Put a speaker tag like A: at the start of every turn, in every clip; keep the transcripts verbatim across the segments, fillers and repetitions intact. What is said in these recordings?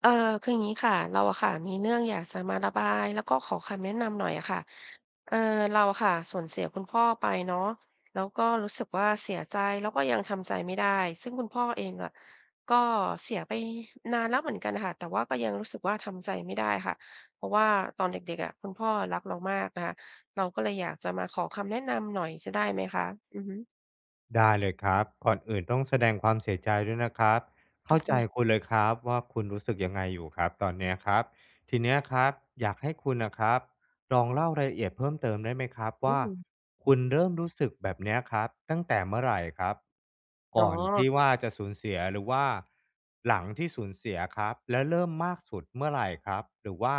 A: เออคืออย่างนี้ค่ะเราอะค่ะมีเรื่องอยากจะมาระบายแล้วก็ขอคำแนะนำหน่อยอะค่ะเออเราอะค่ะสูญเสียคุณพ่อไปเนาะแล้วก็รู้สึกว่าเสียใจแล้วก็ยังทำใจไม่ได้ซึ่งคุณพ่อเองอะก็เสียไปนานแล้วเหมือนกันค่ะแต่ว่าก็ยังรู้สึกว่าทำใจไม่ได้ค่ะเพราะว่าตอนเด็กๆอะคุณพ่อรักเรามากนะคะเราก็เลยอยากจะมาขอคำแนะนำหน่อยจะได้ไหมคะอือฮึ
B: ได้เลยครับก่อนอื่นต้องแสดงความเสียใจด้วยนะครับ
A: ขอ
B: เข้า
A: บคุณ
B: ใจคุ
A: นะ
B: ณเลยครับว่าคุณรู้สึกยังไงอยู่ครับตอนเนี้ยครับทีเนี้ยครับอยากให้คุณนะครับลองเล่ารายละเอียดเพิ่มเติมได้ไหมครับ
A: อื
B: ว่า
A: ม
B: คุณเริ่มรู้สึกแบบเนี้ยครับตั้งแต่เมื่อไหร่ครับ
A: อ๋อ
B: ก่อนที่ว่าจะสูญเสียหรือว่าหลังที่สูญเสียครับแล้วเริ่มมากสุดเมื่อไหร่ครับหรือว่า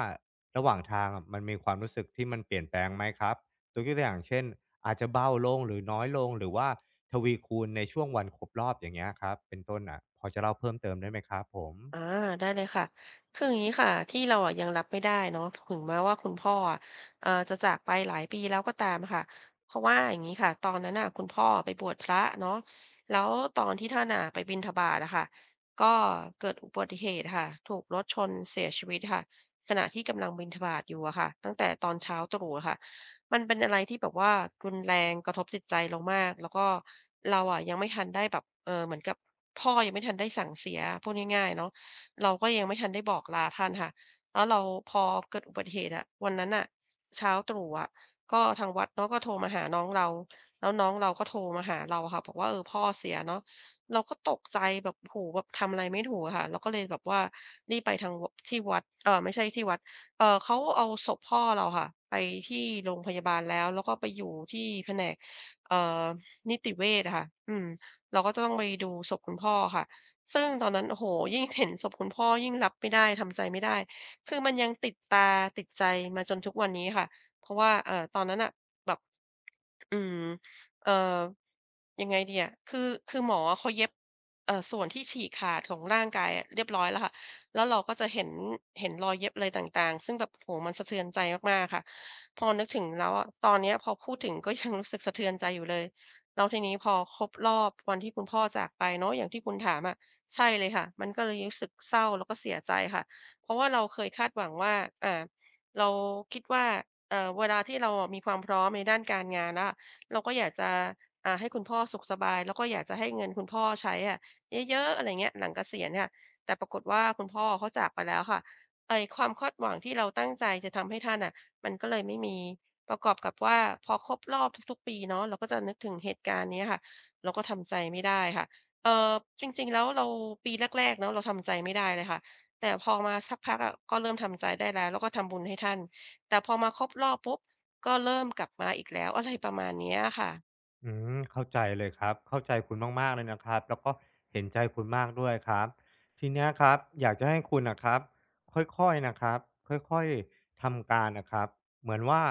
B: ระหว่างทางอะมันมีความรู้สึกที่มันเปลี่ยนแปลงไหมครับตัวอย่างเช่นอาจจะเบาลงหรือน้อยลงหรือว่า ทวีคูณในช่วงวันครบรอบอย่างเงี้ยครับเป็นต้นอะพอจะเล่าเพิ่มเติมได้ไหมครับผม
A: อาได้เลยค่ะคืออย่างนี้ค่ะที่เราอะยังรับไม่ได้เนาะถึงแม้ว่าคุณพ่ออะเอ่อจะจากไปหลายปีแล้วก็ตามค่ะเพราะว่าอย่างนี้ค่ะตอนนั้นน่ะคุณพ่อไปบวชพระเนาะแล้วตอนที่ท่านน่ะไปบิณฑบาตอะค่ะก็เกิดอุบัติเหตุค่ะถูกรถชนเสียชีวิตค่ะขณะที่กำลังบิณฑบาตอยู่อะค่ะตั้งแต่ตอนเช้าตรู่อะค่ะมันเป็นอะไรที่แบบว่ารุนแรงกระทบจิตใจเรามากแล้วก็เราอะยังไม่ทันได้แบบเออเหมือนกับพ่อยังไม่ทันได้สั่งเสียพูดง่ายๆเนาะ เราก็ยังไม่ทันได้บอกลาท่านค่ะแล้วเราพอเกิดอุบัติเหตุอะวันนั้นน่ะเช้าตรู่อะก็ทางวัดเนาะก็โทรมาหาน้องเราแล้วน้องเราก็โทรมาหาเราค่ะบอกว่าเออพ่อเสียเนาะเราก็ตกใจแบบโอ้โฮแบบทำอะไรไม่ถูกอะค่ะเราก็เลยแบบว่ารีบไปทางวที่วัดเอ่อไม่ใช่ที่วัดเอ่อเขาเอาศพพ่อเราค่ะไปที่โรงพยาบาลแล้วแล้วก็ไปอยู่ที่แผนกเอ่อนิติเวชอะค่ะอืมเราก็จะต้องไปดูศพคุณพ่อค่ะ ซึ่งตอนนั้นโอ้โฮยิ่งเห็นศพคุณพ่อยิ่งรับไม่ได้ทำใจไม่ได้คือมันยังติดตาติดใจมาจนทุกวันนี้ค่ะ เพราะว่าเอ่อตอนนั้นน่ะแบบอืมเอ่อยังไงดีอะคือคือหมออะเขาเย็บเอ่อส่วนที่ฉีกขาดของร่างกายอะเรียบร้อยแล้วค่ะ แล้วเราก็จะเห็นเห็นรอยเย็บอะไรต่างๆ ซึ่งแบบโอ้โฮมันสะเทือนใจมากๆค่ะพอนึกถึงแล้วอะตอนเนี้ยพอพูดถึงก็ยังรู้สึกสะเทือนใจอยู่เลยแล้วทีนี้พอครบรอบวันที่คุณพ่อจากไปเนาะอย่างที่คุณถามอะ ใช่เลยค่ะมันก็เลยรู้สึกเศร้าแล้วก็เสียใจค่ะเพราะว่าเราเคยคาดหวังว่าอ่าเราคิดว่าเอ่อเวลาที่เราอะมีความพร้อมในด้านการงานแล้วเราก็อยากจะอ่าให้คุณพ่อสุขสบายแล้วก็อยากจะให้เงินคุณพ่อใช้อะเยอะๆอะไรเงี้ยหลังเกษียณค่ะแต่ปรากฏว่าคุณพ่อเขาจากไปแล้วค่ะไอ้ความคาดหวังที่เราตั้งใจจะทำให้ท่านน่ะมันก็เลยไม่มีประกอบกับว่าพอครบรอบทุกๆปีเนาะเราก็จะนึกถึงเหตุการณ์เนี้ยค่ะเราก็ทำใจไม่ได้ค่ะ เอ่อจริงๆแล้วเราปีแรกๆเนาะเราทำใจไม่ได้เลยค่ะแต่พอมาสักพักอะก็เริ่มทำใจได้แล้วแล้วก็ทำบุญให้ท่านแต่พอมาครบรอบปุ๊บก็เริ่มกลับมาอีกแล้วอะไรประมาณเนี้ยค่ะ
B: อืมเข้าใจเลยครับเข้าใจคุณมากๆเลยนะครับแล้วก็เห็นใจคุณมากด้วยครับทีเนี้ยครับอยากจะให้คุณนะครับค่อยๆนะครับค่อยๆทำการนะครับเหมือนว่า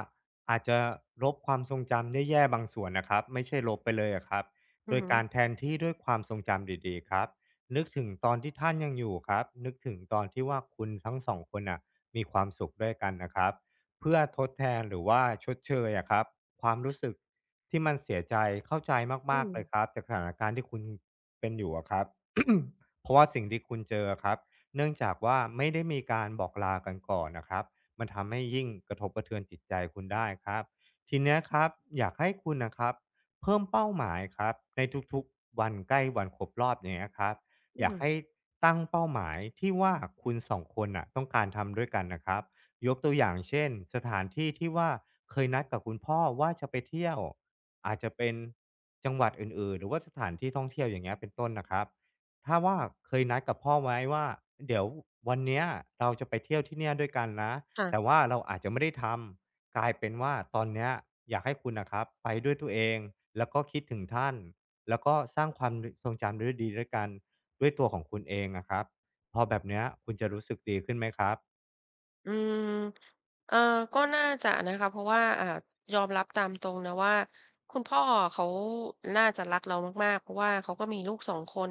B: อาจจะลบความทรงจำแย่ๆบางส่วนนะครับไม่ใช่ลบไปเลยอะครับ
A: อื
B: โด
A: อ
B: ย
A: ฮึ
B: การแทนที่ด้วยความทรงจำดีๆครับนึกถึงตอนที่ท่านยังอยู่ครับนึกถึงตอนที่ว่าคุณทั้งสองคนน่ะมีความสุขด้วยกันนะครับเพื่อทดแทนหรือว่าชดเชยอะครับ ความรู้สึกที่มันเสียใจเข้าใจ
A: อื
B: มาก
A: ม
B: ๆเลยครับจากสถานการณ์ที่คุณเป็นอยู่อะครับ เพราะว่าสิ่งที่คุณเจอครับเนื่องจากว่าไม่ได้มีการบอกลากันก่อนนะครับมันทำให้ยิ่งกระทบกระเทือนจิตใจคุณได้ครับทีเนี้ยครับอยากให้คุณนะครับเพิ่มเป้าหมายครับในทุกๆวันใกล้วันครบรอบอย่างเงี้ยครับ
A: อื
B: อยาก
A: ม
B: ให้ตั้งเป้าหมายที่ว่าคุณสองคนน่ะต้องการทำด้วยกันนะครับ ยกตัวอย่างเช่นสถานที่ที่ว่าเคยนัดกับคุณพ่อว่าจะไปเที่ยวอาจจะเป็นจังหวัดอื่นๆหรือว่าสถานที่ท่องเที่ยวอย่างเงี้ยเป็นต้นนะครับถ้าว่าเคยนัดกับพ่อไว้ว่าเดี๋ยววันเนี้ยเราจะไปเที่ยวที่เนี่ยด้วยกันนะแต่
A: ค่ะ
B: ว่าเราอาจจะไม่ได้ทำกลายเป็นว่าตอนเนี้ยอยากให้คุณน่ะครับไปด้วยตัวเองแล้วก็คิดถึงท่านแล้วก็สร้างความดทรงจำดวยดีด้วยกันด้วยตัวของคุณเองอะครับพอแบบเนี้ยคุณจะรู้สึกดีขึ้นไหมครับ
A: อืมเออก็น่าจะนะคะเพราะว่าอ่ายอมรับตามตรงนะว่าคุณพ่อเขาน่าจะรักเรามากๆเพราะว่าเขาก็มีลูกสองคน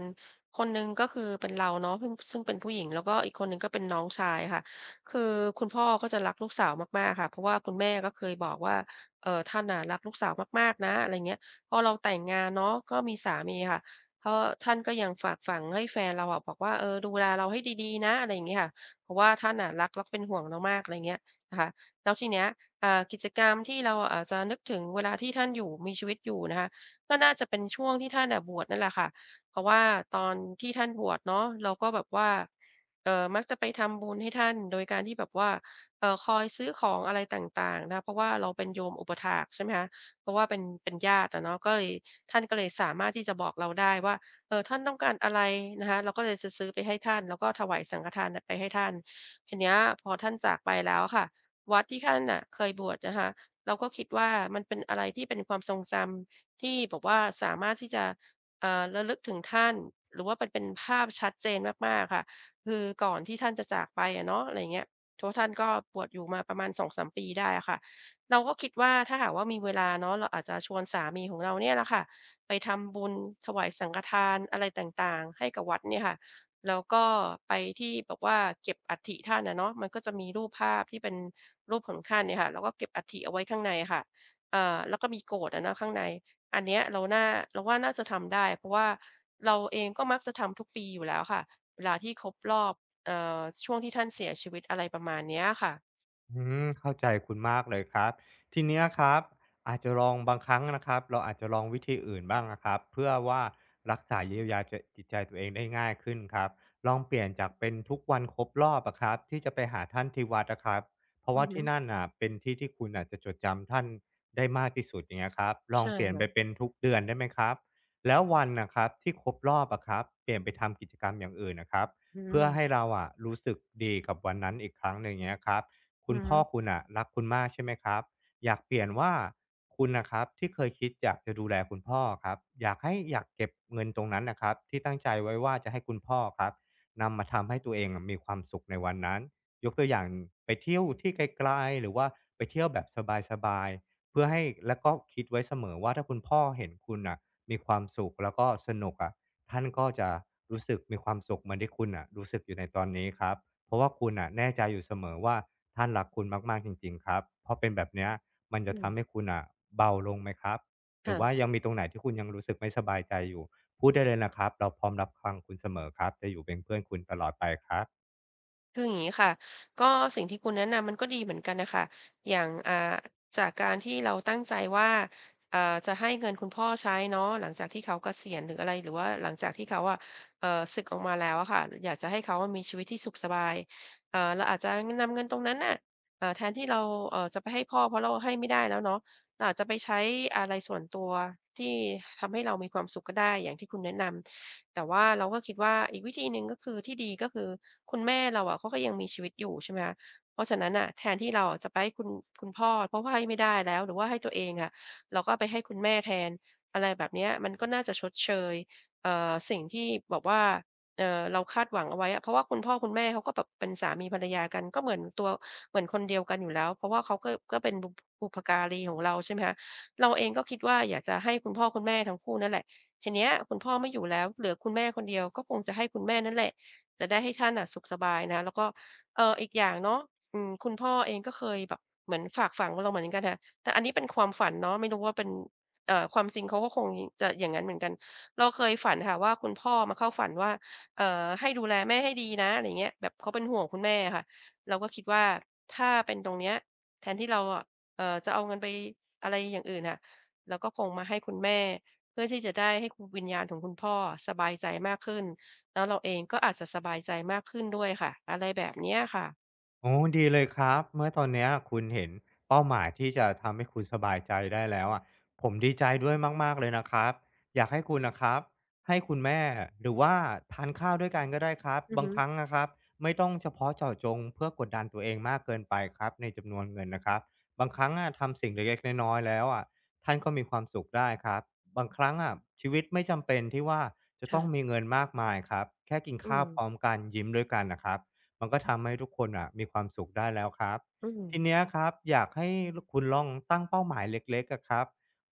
A: คนหนึ่งก็คือเป็นเราเนาะซึ่งซึ่งเป็นผู้หญิงแล้วก็อีกคนหนึ่งก็เป็นน้องชายค่ะคือคุณพ่อก็จะรักลูกสาวมากๆค่ะเพราะว่าคุณแม่ก็เคยบอกว่าเออท่านน่ะรักลูกสาวมากๆนะอะไรเงี้ยพอเราแต่งงานเนาะก็มีสามีค่ะ็ท่านก็ยังฝากฝังให้แฟนเราอะบอกว่าเออดูแลเราให้ดีๆนะอะไรอย่างเงี้ยค่ะ เพราะว่าท่านน่ะรักแล้วก็เป็นห่วงเรามากอะไรเงี้ยนะคะแล้วทีเนี้ยอ่ากิจกรรมที่เราอาจจะนึกถึงเวลาที่ท่านอยู่มีชีวิตอยู่นะคะก็น่าจะเป็นช่วงที่ท่านน่ะบวชนั่นแหละค่ะเพราะว่าตอนที่ท่านบวชเนาะเราก็แบบว่าเอ่อมักจะไปทำบุญให้ท่านโดยการที่แบบว่าเอ่อคอยซื้อของอะไรต่างๆนะคะเพราะว่าเราเป็นโยมอุปถากต์ใช่ไหมคะเพราะว่าเป็นเป็นญาติอะเนาะก็เลยท่านก็เลยสามารถที่จะบอกเราได้ว่า เออท่านต้องการอะไรนะคะเราก็เลยจะซื้อไปให้ท่านแล้วก็ถวายสังฆทานน่ะไปให้ท่านทีเนี้ยพอท่านจากไปแล้วค่ะวัดที่ท่านน่ะเคยบวชนะคะเราก็คิดว่ามันเป็นอะไรที่เป็นความทรงจำที่บอกว่าสามารถที่จะเอ่อระลึกถึงท่านหรือว่ามันเป็นภาพชัดเจนมากๆค่ะคือก่อนที่ท่านจะจากไปอะเนาะอะไรอย่างเงี้ยเพราะท่านก็บวชอยู่มาประมาณสองสามปีได้อะค่ะเราก็คิดว่าถ้าหากว่ามีเวลาเนาะเราอาจจะชวนสามีของเราเนี่ยแหละค่ะ ไปทำบุญถวายสังฆทานอะไรต่างๆให้กับวัดเนี่ยค่ะแล้วก็ไปที่แบบว่าเก็บอัฐิท่านอะเนาะมันก็จะมีรูปภาพที่เป็นรูปของท่านเนี่ยค่ะแล้วก็เก็บอัฐิเอาไว้ข้างในค่ะเอ่อแล้วก็มีโกฐอะเนาะข้างในอันเนี้ยเราน่าเราว่าน่าจะทำได้เพราะว่าเราเองก็มักจะทำทุกปีอยู่แล้วค่ะเวลาที่ครบรอบเอ่อช่วงที่ท่านเสียชีวิตอะไรประมาณเนี้ยค่ะ
B: อืมเข้าใจคุณมากเลยครับทีเนี้ยครับอาจจะลองบางครั้งนะครับเราอาจจะลองวิธีอื่นบ้างนะครับเพื่อว่ารักษาเยียวยาจะิตใจตัวเองได้ง่ายขึ้นครับลองเปลี่ยนจากเป็นทุกวันครบรอบอะครับที่จะไปหาท่านที่วัดนะครับเพราะ
A: อื
B: ว่า
A: อฮึ
B: ที่นั่นอ่ะเป็นที่ที่คุณอาจจะจดจำท่านได้มากที่สุดอย่างเงี้ยครับลอง
A: ใช่
B: เปลี่ยนไป
A: ค่ะ
B: เป็นทุกเดือนได้ไหมครับแล้ววันนะครับที่ครบรอบอะครับเปลี่ยนไปทำกิจกรรมอย่างอื่นนะครับ
A: อื
B: เพื่อให้
A: ม
B: เราอะรู้สึกดีกับวันนั้นอีกครั้งหนึ่งเงี้ยครับ
A: อื
B: คุณ
A: อฮึ
B: พ่อคุณอะรักคุณมากใช่ไหมครับอยากเปลี่ยนว่าคุณนะครับที่เคยคิดอยากจะดูแลคุณพ่อครับอยากให้อยากเก็บเงินตรงนั้นนะครับที่ตั้งใจไว้ว่าจะให้คุณพ่อครับนำมาทำให้ตัวเองอะมีความสุขในวันนั้นยกตัวอย่างไปเที่ยวที่ไกลๆหรือว่าไปเที่ยวแบบสบายๆเพื่อให้แล้วก็คิดไว้เสมอว่าถ้าคุณพ่อเห็นคุณอ่ะมีความสุขแล้วก็สนุกอะท่านก็จะรู้สึกมีความสุขเหมือนที่คุณอ่ะรู้สึกอยู่ในตอนนี้ครับเพราะว่าคุณอ่ะแน่ใจอยู่เสมอว่า ท่านรักคุณมากๆ จริงๆ ครับพอเป็นแบบเนี้ยมันจะ
A: อืม
B: ทำให้คุณอ่ะเบาลงไหมครับ หรือว่า
A: ค่ะ
B: ยังมีตรงไหนที่คุณยังรู้สึกไม่สบายใจอยู่ พูดได้เลยนะครับ เราพร้อมรับฟังคุณเสมอครับ จะอยู่เป็นเพื่อนคุณตลอดไปครับ
A: คืออย่างนี้ค่ะก็สิ่งที่คุณแนะนำมันก็ดีเหมือนกันนะคะอย่างอ่าจากการที่เราตั้งใจว่าเอ่อจะให้เงินคุณพ่อใช้เนาะหลังจากที่เขาเกษียณหรืออะไรหรือว่าหลังจากที่เขาอะเอ่อศึกออกมาแล้วอะค่ะอยากจะให้เขามีชีวิตที่สุขสบายเอ่อเราอาจจะนำเงินตรงนั้นน่ะเอ่อแทนที่เราเอ่อจะไปให้พ่อเพราะเราให้ไม่ได้แล้วเนาะ เราอาจจะไปใช้อะไรส่วนตัวที่ทำให้เรามีความสุขก็ได้อย่างที่คุณแนะนำแต่ว่าเราก็คิดว่าอีกวิธีหนึ่งก็คือที่ดีก็คือคุณแม่เราอะเขาก็ยังมีชีวิตอยู่ใช่ไหมคะเพราะฉะนั้นน่ะแทนที่เราอะจะไปให้คุณคุณพ่อเพราะว่าให้ไม่ได้แล้วหรือว่าให้ตัวเองอะเราก็ไปให้คุณแม่แทนอะไรแบบเนี้ยมันก็น่าจะชดเชยเอ่อสิ่งที่แบบว่าเอ่อเราคาดหวังเอาไว้อะเพราะว่าคุณพ่อคุณแม่เขาก็แบบเป็นสามีภรรยากันก็เหมือนตัว เหมือนคนเดียวกันอยู่แล้วเพราะว่าเขาก็ก็เป็นบุบุพการีของเราใช่ไหมคะเราเองก็คิดว่าอยากจะให้คุณพ่อคุณแม่ทั้งคู่นั่นแหละทีเนี้ยคุณพ่อไม่อยู่แล้วเหลือคุณแม่คนเดียวก็คงจะให้คุณแม่นั่นแหละจะได้ให้ท่านน่ะสุขสบายนะแล้วก็เอ่ออีกอย่างเนาะอืมคุณพ่อเองก็เคยแบบเหมือนฝากฝังเราเหมือนกันค่ะแต่อันนี้เป็นความฝันเนาะไม่รู้ว่าเป็นเอ่อความจริงเขาก็คงจะอย่างงั้นเหมือนกันเราเคยฝันค่ะว่าคุณพ่อมาเข้าฝันว่าเอ่อให้ดูแลแม่ให้ดีนะอะไรอย่างเงี้ยแบบเขาเป็นห่วงคุณแม่อะค่ะ เราก็คิดว่าถ้าเป็นตรงเนี้ยแทนที่เราอะเอ่อจะเอาเงินไปอะไรอย่างอื่นน่ะเราก็คงมาให้คุณแม่เพื่อที่จะได้ให้คุณวิญญาณของคุณพ่ออะสบายใจมากขึ้นแล้วเราเองก็อาจจะสบายใจมากขึ้นด้วยค่ะอะไรแบบเนี้ยค่ะ
B: โอ้อดีเลยครับเมื่อตอนเนี้ยคุณเห็นเป้าหมายที่จะทำให้คุณสบายใจได้แล้วอะผมดีใจด้วยมากๆเลยนะครับอยากให้คุณนะครับให้คุณแม่หรือว่าทานข้าวด้วยกันก็ได้ครับ
A: อือ
B: บาง
A: ฮึ
B: ครั้งนะครับไม่ต้องเฉพาะเจาะจงเพื่อกดดันตัวเองมากเกินไปครับในจำนวนเงินนะครับบางครั้งอะทำสิ่งเล็กๆน้อยๆแล้วอะท่านก็มีความสุขได้ครับบางครั้งอะชีวิตไม่จำเป็นที่ว่าจะต้องมี
A: ค่ะ
B: เงินมากมายครับแค่กิน
A: อื
B: ข้า
A: ม
B: วพร้อมกันยิ้มด้วยกันนะครับ มันก็ทำให้ทุกคนอะมีความสุขได้แล้วครับ
A: อืม
B: ทีเนี้ยครับอยากให้คุณลองตั้งเป้าหมายเล็กๆอะครับ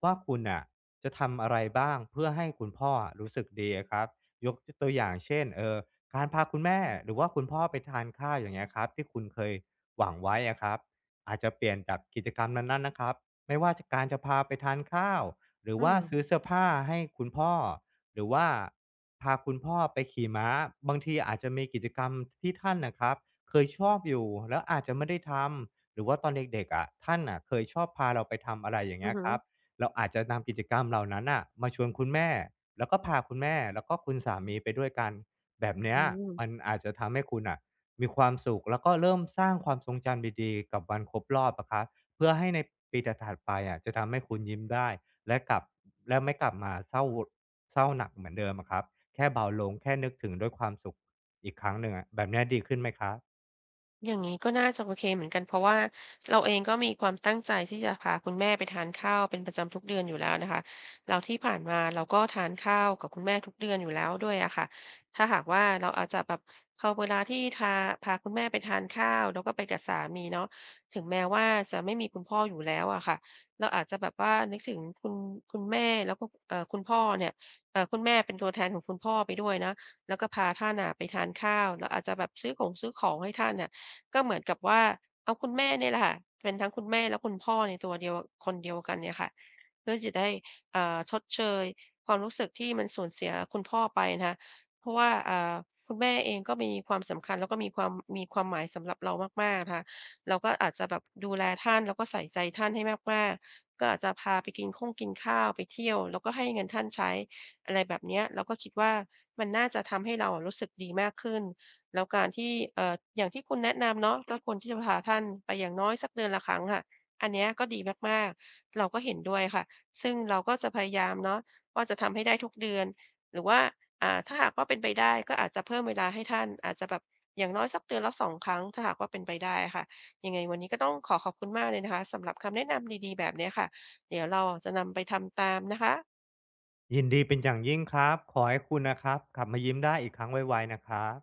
B: ว่าคุณอะจะทำอะไรบ้างเพื่อให้คุณพ่ออะรู้สึกดีอะครับยกตัวอย่างเช่นเออการพาคุณแม่หรือว่าคุณพ่อไปทานข้าวอย่างเงี้ยครับที่คุณเคยหวังไว้อะครับอาจจะเปลี่ยนจากกิจกรรมนั้นๆนะครับไม่ว่าจะการจะพาไปทานข้าวหรือ
A: อือ
B: ว่าซื้อเสื้อผ้าให้คุณพ่อ หรือว่าพาคุณพ่อไปขี่ม้าบางทีอาจจะมีกิจกรรมที่ท่านนะครับเคยชอบอยู่แล้วอาจจะไม่ได้ทำหรือว่าตอนเด็กๆอะท่านน่ะเคยชอบพาเราไปทำอะไรอย่าง
A: อือ
B: เงี้ย
A: ฮึ
B: ครับเราอาจจะนำกิจกรรมเหล่านั้นน่ะมาชวนคุณแม่แล้วก็พาคุณแม่แล้วก็คุณสามีไปด้วยกันแบบเนี้
A: อื
B: ย
A: ม
B: มันอาจจะทำให้คุณน่ะมีความสุขแล้วก็เริ่มสร้างความทรงจำดีๆกับวันครบรอบอะครับเพื่อให้ในปีถัดๆไปอะจะทำให้คุณยิ้มได้และกลับ แล้วไม่กลับมาเศร้าเศร้าหนักเหมือนเดิมอะครับแค่เบาลงแค่นึกถึงด้วยความสุขอีกครั้งหนึ่งอะแบบเนี้ยดีขึ้นไหมครับ
A: อย่างนี้ก็น่าจะโอเคเหมือนกันเพราะว่าเราเองก็มีความตั้งใจที่จะพาคุณแม่ไปทานข้าวเป็นประจำทุกเดือนอยู่แล้วนะคะเราที่ผ่านมาเราก็ทานข้าวกับคุณแม่ทุกเดือนอยู่แล้วด้วยอะค่ะถ้าหากว่าเราอาจจะแบบพอเวลาที่ทาพาคุณแม่ไปทานข้าวแล้วก็ไปกับสามีเนาะถึงแม้ว่าจะไม่มีคุณพ่ออยู่แล้วอะค่ะเราอาจจะแบบว่านึกถึงคุณคุณแม่แล้วก็เอ่อคุณพ่อเนี่ยเอ่อคุณแม่เป็นตัวแทนของคุณพ่อไปด้วยนะแล้วก็พาท่าน่ะไปทานข้าวแล้วอาจจะแบบซื้อของซื้อของให้ท่านน่ะ ก็เหมือนกับว่าเอาคุณแม่เนี่ยแหละค่ะเป็นทั้งคุณแม่และคุณพ่อในตัวเดียวคนเดียวกันเนี่ยค่ะเพื่อจะได้เอ่อชดเชยความรู้สึกที่มันสูญเสียคุณพ่อไปนะคะเพราะว่าอ่าคุณแม่เองก็มีความสำคัญแล้วก็มีความมีความหมายสำหรับเรามากๆนะคะเราก็อาจจะแบบดูแลท่านแล้วก็ใส่ใจท่านให้มากๆก็อาจจะพาไปกินข้งกินข้าวไปเที่ยวแล้วก็ให้เงินท่านใช้อะไรแบบเนี้ยเราก็คิดว่ามันน่าจะทำให้เราอะรู้สึกดีมากขึ้น แล้วการที่เอ่ออย่างที่คุณแนะนำเนาะก็ควรที่จะพาท่านไปอย่างน้อยสักเดือนละครั้งค่ะอันเนี้ยก็ดีมากๆเราก็เห็นด้วยค่ะซึ่งเราก็จะพยายามเนาะว่าจะทำให้ได้ทุกเดือนหรือว่าอ่าถ้าหากว่าเป็นไปได้ก็อาจจะเพิ่มเวลาให้ท่านอาจจะแบบอย่างน้อยสักเดือนละสองครั้งถ้าหากว่าเป็นไปได้อะค่ะยังไงวันนี้ก็ต้องขอขอบคุณมากเลยนะคะสำหรับคำแนะนำดีๆแบบเนี้ยค่ะเดี๋ยวเราอะจะนำไปทำตามนะคะ
B: ยินดีเป็นอย่างยิ่งครับขอให้คุณนะครับกลับมายิ้มได้อีกครั้งไวๆนะครับ